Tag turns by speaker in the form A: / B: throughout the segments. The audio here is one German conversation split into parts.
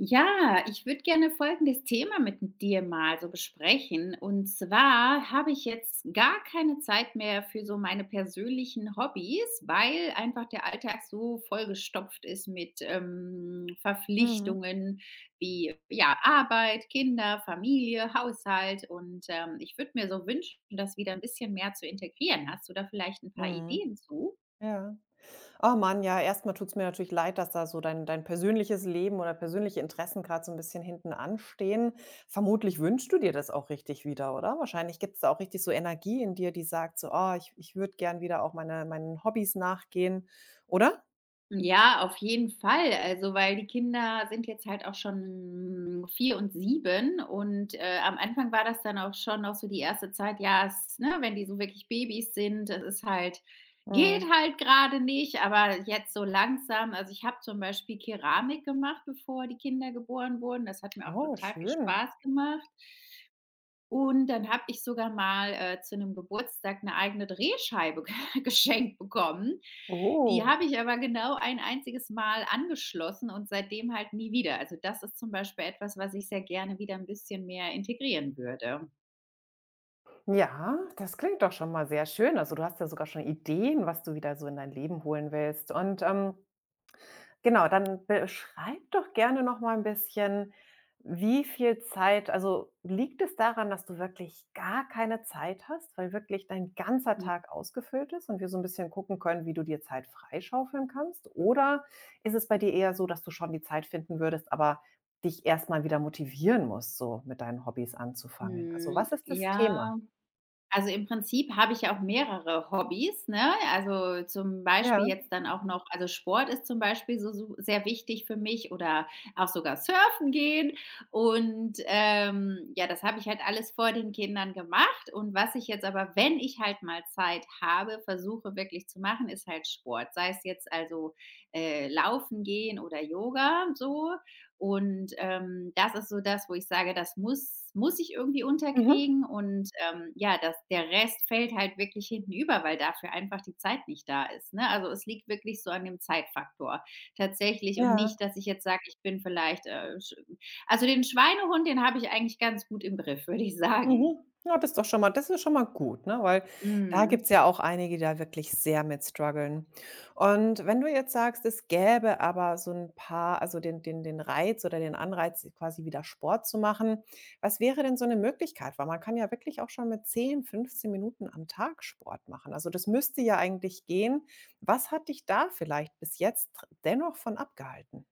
A: Ja, ich würde gerne folgendes Thema mit dir mal so besprechen. Und zwar habe ich jetzt gar keine Zeit mehr für so meine persönlichen Hobbys, weil einfach der Alltag so vollgestopft ist mit
B: Mhm.
A: Verpflichtungen wie ja, Arbeit, Kinder, Familie, Haushalt. Und ich würde mir so wünschen, das wieder ein bisschen mehr zu integrieren. Hast du da vielleicht ein paar
B: Mhm.
A: Ideen zu?
B: Ja. Oh Mann, ja, Erstmal mal tut's mir natürlich leid, dass da so dein persönliches Leben oder persönliche Interessen gerade so ein bisschen hinten anstehen. Vermutlich wünschst du dir das auch richtig wieder, oder? Wahrscheinlich gibt's da auch richtig so Energie in dir, die sagt so: „Oh, ich würde gern wieder auch meinen Hobbys nachgehen“, oder?
A: Ja, auf jeden Fall. Also, weil die Kinder sind jetzt halt auch schon 4 und 7 und, am Anfang war das dann auch schon noch so die erste Zeit, ja, es ne, wenn die so wirklich Babys sind, das ist halt geht
B: Mhm.
A: halt gerade nicht, aber jetzt so langsam also, ich habe zum Beispiel Keramik gemacht, bevor die Kinder geboren wurden. Das hat mir auch
B: Oh,
A: total viel
B: schön.
A: Spaß gemacht. Und dann habe ich sogar mal, zu einem Geburtstag eine eigene Drehscheibe geschenkt bekommen. Die
B: Oh.
A: habe ich aber genau ein einziges Mal angeschlossen und seitdem halt nie wieder. Also, das ist zum Beispiel etwas, was ich sehr gerne wieder ein bisschen mehr integrieren würde.
B: Ja, das klingt doch schon mal sehr schön. Also, du hast ja sogar schon Ideen, was du wieder so in dein Leben holen willst und, Genau, dann beschreib doch gerne noch mal ein bisschen, wie viel Zeit also, liegt es daran, dass du wirklich gar keine Zeit hast, weil wirklich dein ganzer Tag ausgefüllt ist und wir so ein bisschen gucken können, wie du dir Zeit freischaufeln kannst? Oder ist es bei dir eher so, dass du schon die Zeit finden würdest, aber dich erst mal wieder motivieren musst, so mit deinen Hobbys anzufangen? Also,
A: Mhm,
B: was ist das Thema?
A: ja. Also, im Prinzip habe ich ja auch mehrere Hobbys, ne? Also, zum Beispiel
B: Ja.
A: jetzt dann auch noch also, Sport ist zum Beispiel so su sehr wichtig für mich oder auch sogar surfen gehen. Und, ja, das habe ich halt alles vor den Kindern gemacht. Und was ich jetzt aber, wenn ich halt mal Zeit habe, versuche wirklich zu machen, ist halt Sport. Sei es jetzt also, Laufen gehen oder Yoga so. Und das ist so das, wo ich sage, das muss ich irgendwie
B: Mhm.
A: unterkriegen und, ja, das der Rest fällt halt wirklich hinten über, weil dafür einfach die Zeit nicht da ist, ne? Also, es liegt wirklich so an dem Zeitfaktor tatsächlich und
B: Ja.
A: nicht, dass ich jetzt sage, ich bin vielleicht, sch also, den Schweinehund, den habe ich eigentlich ganz gut im Griff, würde ich sagen.
B: Mhm. Ja, das ist doch schon mal das ist schon mal gut, ne? Weil da
A: Mhm.
B: gibt's ja auch einige, die da wirklich sehr mit struggeln. Und wenn du jetzt sagst, es gäbe aber so ein paar also, den Reiz oder den Anreiz, quasi wieder Sport zu machen, was wäre denn so eine Möglichkeit? Weil man kann ja wirklich auch schon mit 10 15 Minuten am Tag Sport machen. Also, das müsste ja eigentlich gehen. Was hat dich da vielleicht bis jetzt dennoch von abgehalten?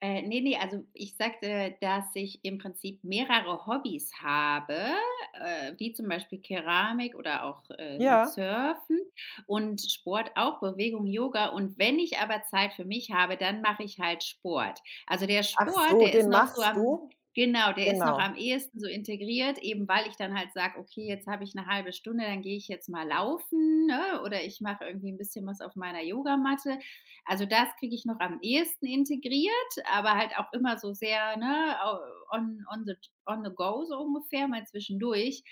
A: Ne, also ich sagte, dass ich im Prinzip mehrere Hobbys habe, wie zum Beispiel Keramik oder auch, noch
B: Ja.
A: Surfen und Sport auch, Bewegung, Yoga. Und wenn ich aber Zeit für mich habe, dann mache ich halt Sport. Also der
B: Ach
A: Sport,
B: so,
A: der ist
B: den
A: noch so
B: machst
A: am
B: du?
A: genau, der ist noch
B: Genau.
A: am ehesten so integriert, eben weil ich dann halt sage: „Okay, jetzt habe ich eine halbe Stunde, dann gehe ich jetzt mal laufen“, ne, oder ich mache irgendwie ein bisschen was auf meiner Yogamatte. Also das kriege ich noch am ehesten integriert aber halt auch immer so sehr, ne, on, on, the, on the go so ungefähr, mal zwischendurch.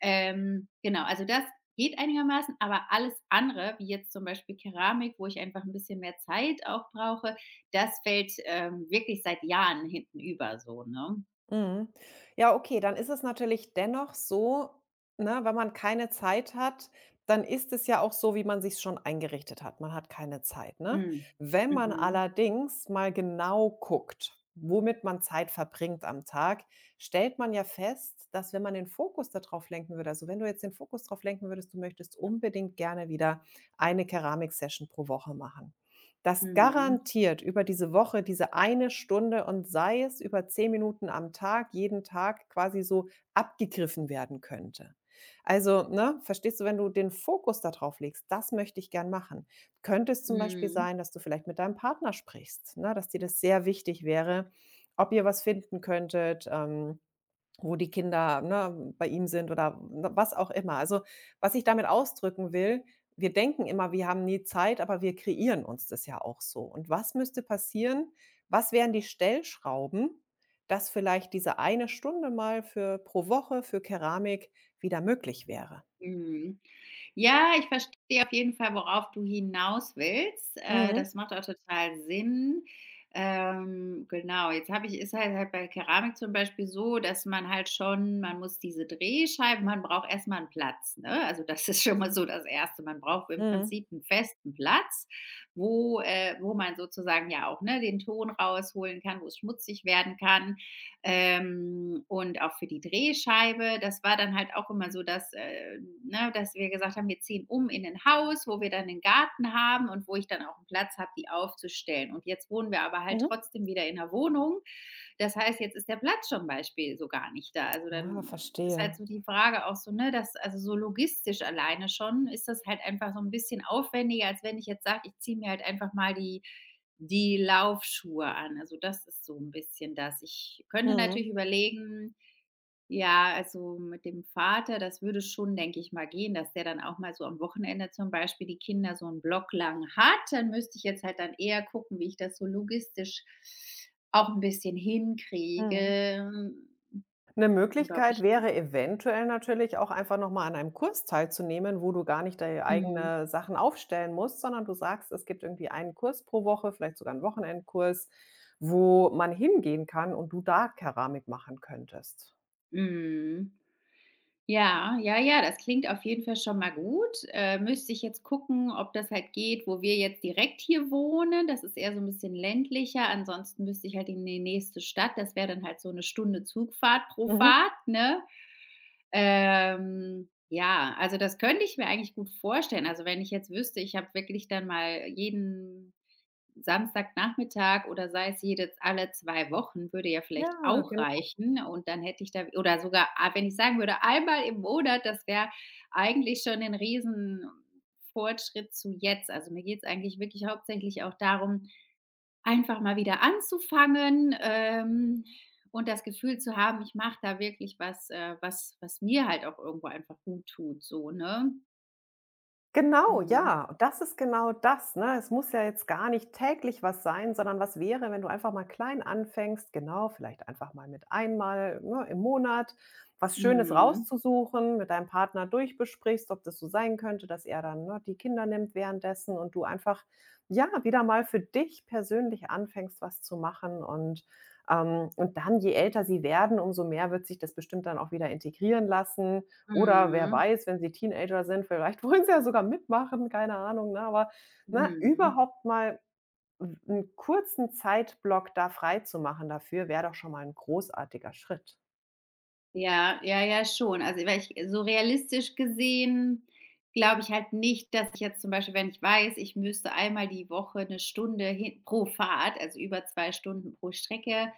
A: Genau, also das geht einigermaßen, aber alles andere, wie jetzt zum Beispiel Keramik, wo ich einfach ein bisschen mehr Zeit auch brauche, das fällt wirklich seit Jahren hinten über so, ne?
B: Mhm. Ja, okay, dann ist es natürlich dennoch so, ne, wenn man keine Zeit hat, dann ist es ja auch so, wie man sich schon eingerichtet hat. Man hat keine Zeit, ne?
A: Mhm.
B: Wenn man
A: Mhm.
B: allerdings mal genau guckt, womit man Zeit verbringt am Tag, stellt man ja fest, dass wenn man den Fokus darauf lenken würde also, wenn du jetzt den Fokus darauf lenken würdest, du möchtest unbedingt gerne wieder eine Keramik-Session pro Woche machen dass
A: Mhm.
B: garantiert über diese Woche, diese eine Stunde und sei es über 10 Minuten am Tag, jeden Tag quasi so abgegriffen werden könnte. Also, ne, verstehst du, wenn du den Fokus darauf legst: „Das möchte ich gern machen.“ Könnte es zum Beispiel
A: Mhm.
B: sein, dass du vielleicht mit deinem Partner sprichst, ne, dass dir das sehr wichtig wäre, ob ihr was finden könntet, wo die Kinder, ne, bei ihm sind oder was auch immer. Also, was ich damit ausdrücken will, wir denken immer, wir haben nie Zeit, aber wir kreieren uns das ja auch so. Und was müsste passieren? Was wären die Stellschrauben, dass vielleicht diese eine Stunde mal für pro Woche für Keramik wieder möglich wäre?
A: Mhm. Ja, ich verstehe auf jeden Fall, worauf du hinaus willst.
B: Mhm.
A: Das macht auch total Sinn. Genau, jetzt habe ich ist halt bei Keramik zum Beispiel so, dass man halt schon man muss diese Drehscheiben man braucht erstmal einen Platz, ne? Also, das ist schon mal so das Erste. Man braucht im
B: Mhm.
A: Prinzip einen festen Platz, wo wo man sozusagen ja auch, ne, den Ton rausholen kann, wo es schmutzig werden kann und auch für die Drehscheibe. Das war dann halt auch immer so, dass, ne, dass wir gesagt haben, wir ziehen um in ein Haus, wo wir dann einen Garten haben und wo ich dann auch einen Platz habe, die aufzustellen. Und jetzt wohnen wir aber halt
B: Mhm.
A: trotzdem wieder in einer Wohnung. Das heißt, jetzt ist der Platz zum Beispiel so gar nicht da. Also
B: Ah,
A: dann ist halt
B: verstehe.
A: so die Frage auch so, ne, dass also so logistisch alleine schon ist das halt einfach so ein bisschen aufwendiger, als wenn ich jetzt sage, ich ziehe mir halt einfach mal die Laufschuhe an. Also, das ist so ein bisschen das. Ich könnte
B: Mhm.
A: natürlich überlegen ja, also, mit dem Vater, das würde schon, denke ich mal, gehen, dass der dann auch mal so am Wochenende zum Beispiel die Kinder so 'n Block lang hat. Dann müsste ich jetzt halt dann eher gucken, wie ich das so logistisch auch ein bisschen
B: Mhm.
A: hinkriege hm,
B: Eine
A: oder ob
B: Möglichkeit
A: ich ja,
B: wäre eventuell natürlich auch einfach noch mal an einem Kurs teilzunehmen, wo du gar nicht deine
A: mhm,
B: eigene Sachen aufstellen musst, sondern du sagst, es gibt irgendwie einen Kurs pro Woche, vielleicht sogar einen Wochenendkurs, wo man hingehen kann und du da Keramik machen könntest.
A: mhm. Ja, ja, ja, das klingt auf jeden Fall schon mal gut. Müsste ich jetzt gucken, ob das halt geht, wo wir jetzt direkt hier wohnen. Das ist eher so ein bisschen ländlicher. Ansonsten müsste ich halt in die nächste Stadt. Das wäre dann halt so eine Stunde Zugfahrt pro
B: Mhm.
A: Fahrt, ne? Ja, also das könnte ich mir eigentlich gut vorstellen. Also, wenn ich jetzt wüsste, ich habe wirklich dann mal jeden Samstagnachmittag oder sei es jede alle 2 Wochen würde ja vielleicht
B: Ja,
A: auch
B: genau.
A: reichen und dann hätte ich da oder sogar ah, wenn ich sagen würde, einmal im Monat, das wäre eigentlich schon ein riesen Fortschritt zu jetzt. Also, mir geht's eigentlich wirklich hauptsächlich auch darum, einfach mal wieder anzufangen, und das Gefühl zu haben, ich mache da wirklich was, was mir halt auch irgendwo einfach gut tut so, ne?
B: Genau,
A: Mhm.
B: ja, und das ist genau das, ne? Es muss ja jetzt gar nicht täglich was sein, sondern was wäre, wenn du einfach mal klein anfängst, genau, vielleicht einfach mal mit einmal, ne, im Monat was Schönes
A: Mhm.
B: rauszusuchen, mit deinem Partner durchbesprichst, ob das so sein könnte, dass er dann, ne, die Kinder nimmt währenddessen und du einfach, ja, wieder mal für dich persönlich anfängst, was zu machen und dann, je älter sie werden, umso mehr wird sich das bestimmt dann auch wieder integrieren lassen. Oder wer
A: Mhm.
B: weiß, wenn sie Teenager sind, vielleicht wollen sie ja sogar mitmachen, keine Ahnung, ne? Aber, ne,
A: Mhm.
B: überhaupt mal einen kurzen Zeitblock da frei zu machen dafür, wäre doch schon mal ein großartiger Schritt.
A: Ja, ja, ja, schon. Also, weil ich so realistisch gesehen glaube ich halt nicht, dass ich jetzt zum Beispiel, wenn ich weiß, ich müsste einmal die Woche eine Stunde hin pro Fahrt, also über 2 Stunden pro Strecke,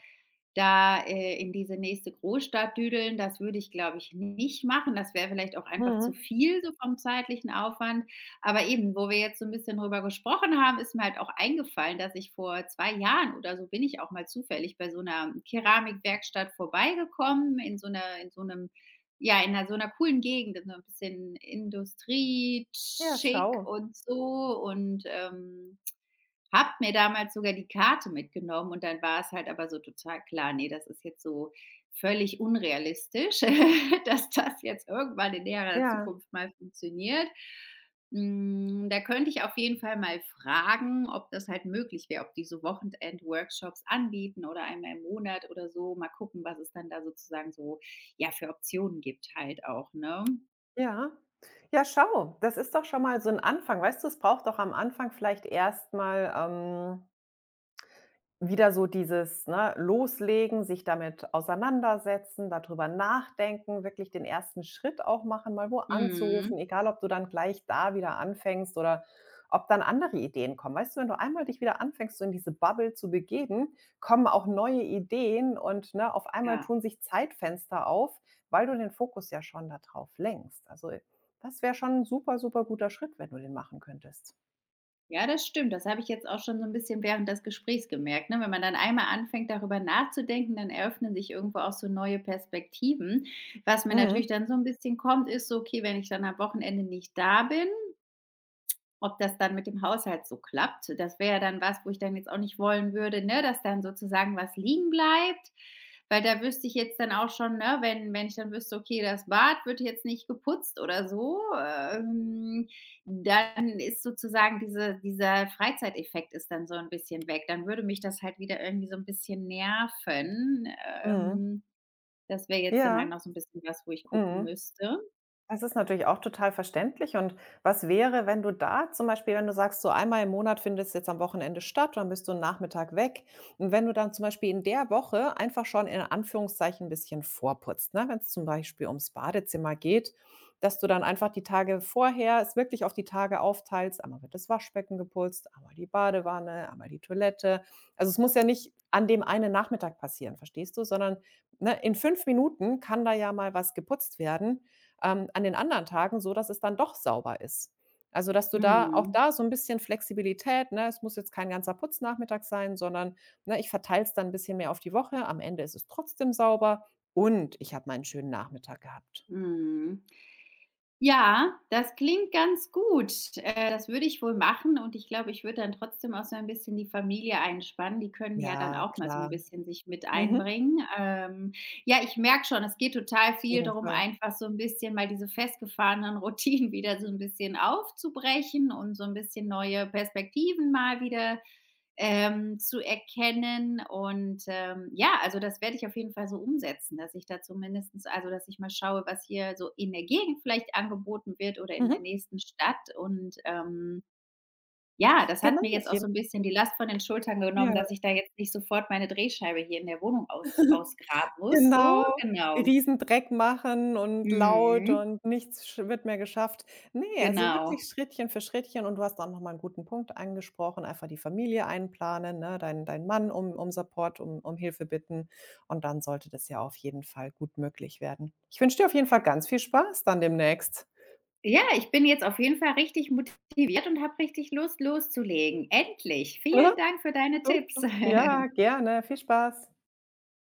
A: da, in diese nächste Großstadt düdeln. Das würde ich, glaube ich, nicht machen. Das wäre vielleicht auch einfach zu
B: Mhm.
A: viel so vom zeitlichen Aufwand. Aber eben, wo wir jetzt so ein bisschen drüber gesprochen haben, ist mir halt auch eingefallen, dass ich vor 2 Jahren oder so bin ich auch mal zufällig bei so einer Keramikwerkstatt vorbeigekommen in so einer in so einem ja, in 'ner so einer coolen Gegend, so ein bisschen Industrie,
B: Ja,
A: schick
B: schau.
A: und so und, habe mir damals sogar die Karte mitgenommen und dann war es halt aber so total klar: nee, das ist jetzt so völlig unrealistisch, dass das jetzt irgendwann in näherer
B: Ja.
A: Zukunft mal funktioniert.“ Hm, da könnte ich auf jeden Fall mal fragen, ob das halt möglich wäre, ob die so Wochenend-Workshops anbieten oder einmal im Monat oder so. Mal gucken, was es dann da sozusagen so, ja, für Optionen gibt halt auch, ne?
B: Ja. Ja, schau, das ist doch schon mal so ein Anfang. Weißt du, es braucht doch am Anfang vielleicht erst mal, ähm, Wieder so dieses, ne, Loslegen, sich damit auseinandersetzen, darüber nachdenken, wirklich den ersten Schritt auch machen, mal wo anzurufen,
A: Mhm,
B: egal ob du dann gleich da wieder anfängst oder ob dann andere Ideen kommen. Weißt du, wenn du einmal dich wieder anfängst, so in diese Bubble zu begeben, kommen auch neue Ideen und, ne, auf einmal
A: ja.
B: tun sich Zeitfenster auf, weil du den Fokus ja schon darauf lenkst. Also, das wäre schon ein super, super guter Schritt, wenn du den machen könntest.
A: Ja, das stimmt. Das habe ich jetzt auch schon so ein bisschen während des Gesprächs gemerkt, ne? Wenn man dann einmal anfängt, darüber nachzudenken, dann eröffnen sich irgendwo auch so neue Perspektiven. Was mir
B: Mhm,
A: natürlich dann so ein bisschen kommt, ist so: „Okay, wenn ich dann am Wochenende nicht da bin, ob das dann mit dem Haushalt so klappt, das wäre ja dann was, wo ich dann jetzt auch nicht wollen würde, ne, dass dann sozusagen was liegen bleibt, weil da wüsste ich jetzt dann auch schon, ne, wenn ich dann wüsste, okay, das Bad wird jetzt nicht geputzt oder so, dann ist sozusagen dieser Freizeiteffekt ist dann so ein bisschen weg. Dann würde mich das halt wieder irgendwie so ein bisschen nerven.
B: mhm.
A: Ähm, Das wäre jetzt dann
B: Ja,
A: halt noch so ein bisschen was, wo ich gucken
B: mhm.
A: müsste.
B: Das ist natürlich auch total verständlich. Und was wäre, wenn du da zum Beispiel, wenn du sagst, so einmal im Monat findet es jetzt am Wochenende statt, dann bist du einen Nachmittag weg. Und wenn du dann zum Beispiel in der Woche einfach schon in Anführungszeichen ein bisschen vorputzt, ne? wenn es zum Beispiel ums Badezimmer geht, dass du dann einfach die Tage vorher es wirklich auf die Tage aufteilst. Einmal wird das Waschbecken geputzt, einmal die Badewanne, einmal die Toilette. Also, es muss ja nicht an dem einen Nachmittag passieren, verstehst du? Sondern, ne, in 5 Minuten kann da ja mal was geputzt werden an den anderen Tagen so, dass es dann doch sauber ist. Also, dass du da auch
A: Mhm.
B: da so ein bisschen Flexibilität, ne? Es muss jetzt kein ganzer Putznachmittag sein, sondern, ne, ich verteile es dann ein bisschen mehr auf die Woche. Am Ende ist es trotzdem sauber und ich habe meinen schönen Nachmittag gehabt.
A: Mhm. Ja, das klingt ganz gut. Das würde ich wohl machen und ich glaube, ich würde dann trotzdem auch so ein bisschen die Familie einspannen. Die können ja dann
B: Ja,
A: auch mal so ein
B: klar.
A: bisschen sich mit
B: Mhm.
A: einbringen. Ja, ich merke schon, es geht total
B: Auf
A: viel
B: jeden
A: darum,
B: Fall.
A: einfach so ein bisschen mal diese festgefahrenen Routinen wieder so ein bisschen aufzubrechen und so ein bisschen neue Perspektiven mal wieder zu erkennen. Und ja, also das werde ich auf jeden Fall so umsetzen, dass ich da zumindestens also dass ich mal schaue, was hier so in der Gegend vielleicht angeboten wird oder in der
B: Mhm.
A: nächsten Stadt. Und ja, das
B: Genau,
A: hat mir
B: auf
A: jetzt auch
B: jeden
A: so
B: Fall.
A: ein bisschen die Last von den Schultern genommen,
B: Ja.
A: dass ich da jetzt nicht sofort meine Drehscheibe hier in der Wohnung ausgraben muss, so,
B: Genau,
A: genau.
B: Riesendreck machen und laut
A: Mhm,
B: und nichts sch wird mehr geschafft. Ne, also
A: genau.
B: wirklich Schrittchen für Schrittchen und du hast auch noch mal 'n guten Punkt angesprochen, einfach die Familie einplanen, ne, deinen Mann um Support, um Hilfe bitten und dann sollte das ja auf jeden Fall gut möglich werden. Ich wünsche dir auf jeden Fall ganz viel Spaß dann demnächst.
A: Ja, ich bin jetzt auf jeden Fall richtig motiviert und habe richtig Lust, loszulegen. Endlich.
B: Ne?
A: Vielen Dank für deine Tipps.
B: Super. Ja, gerne. Viel Spaß.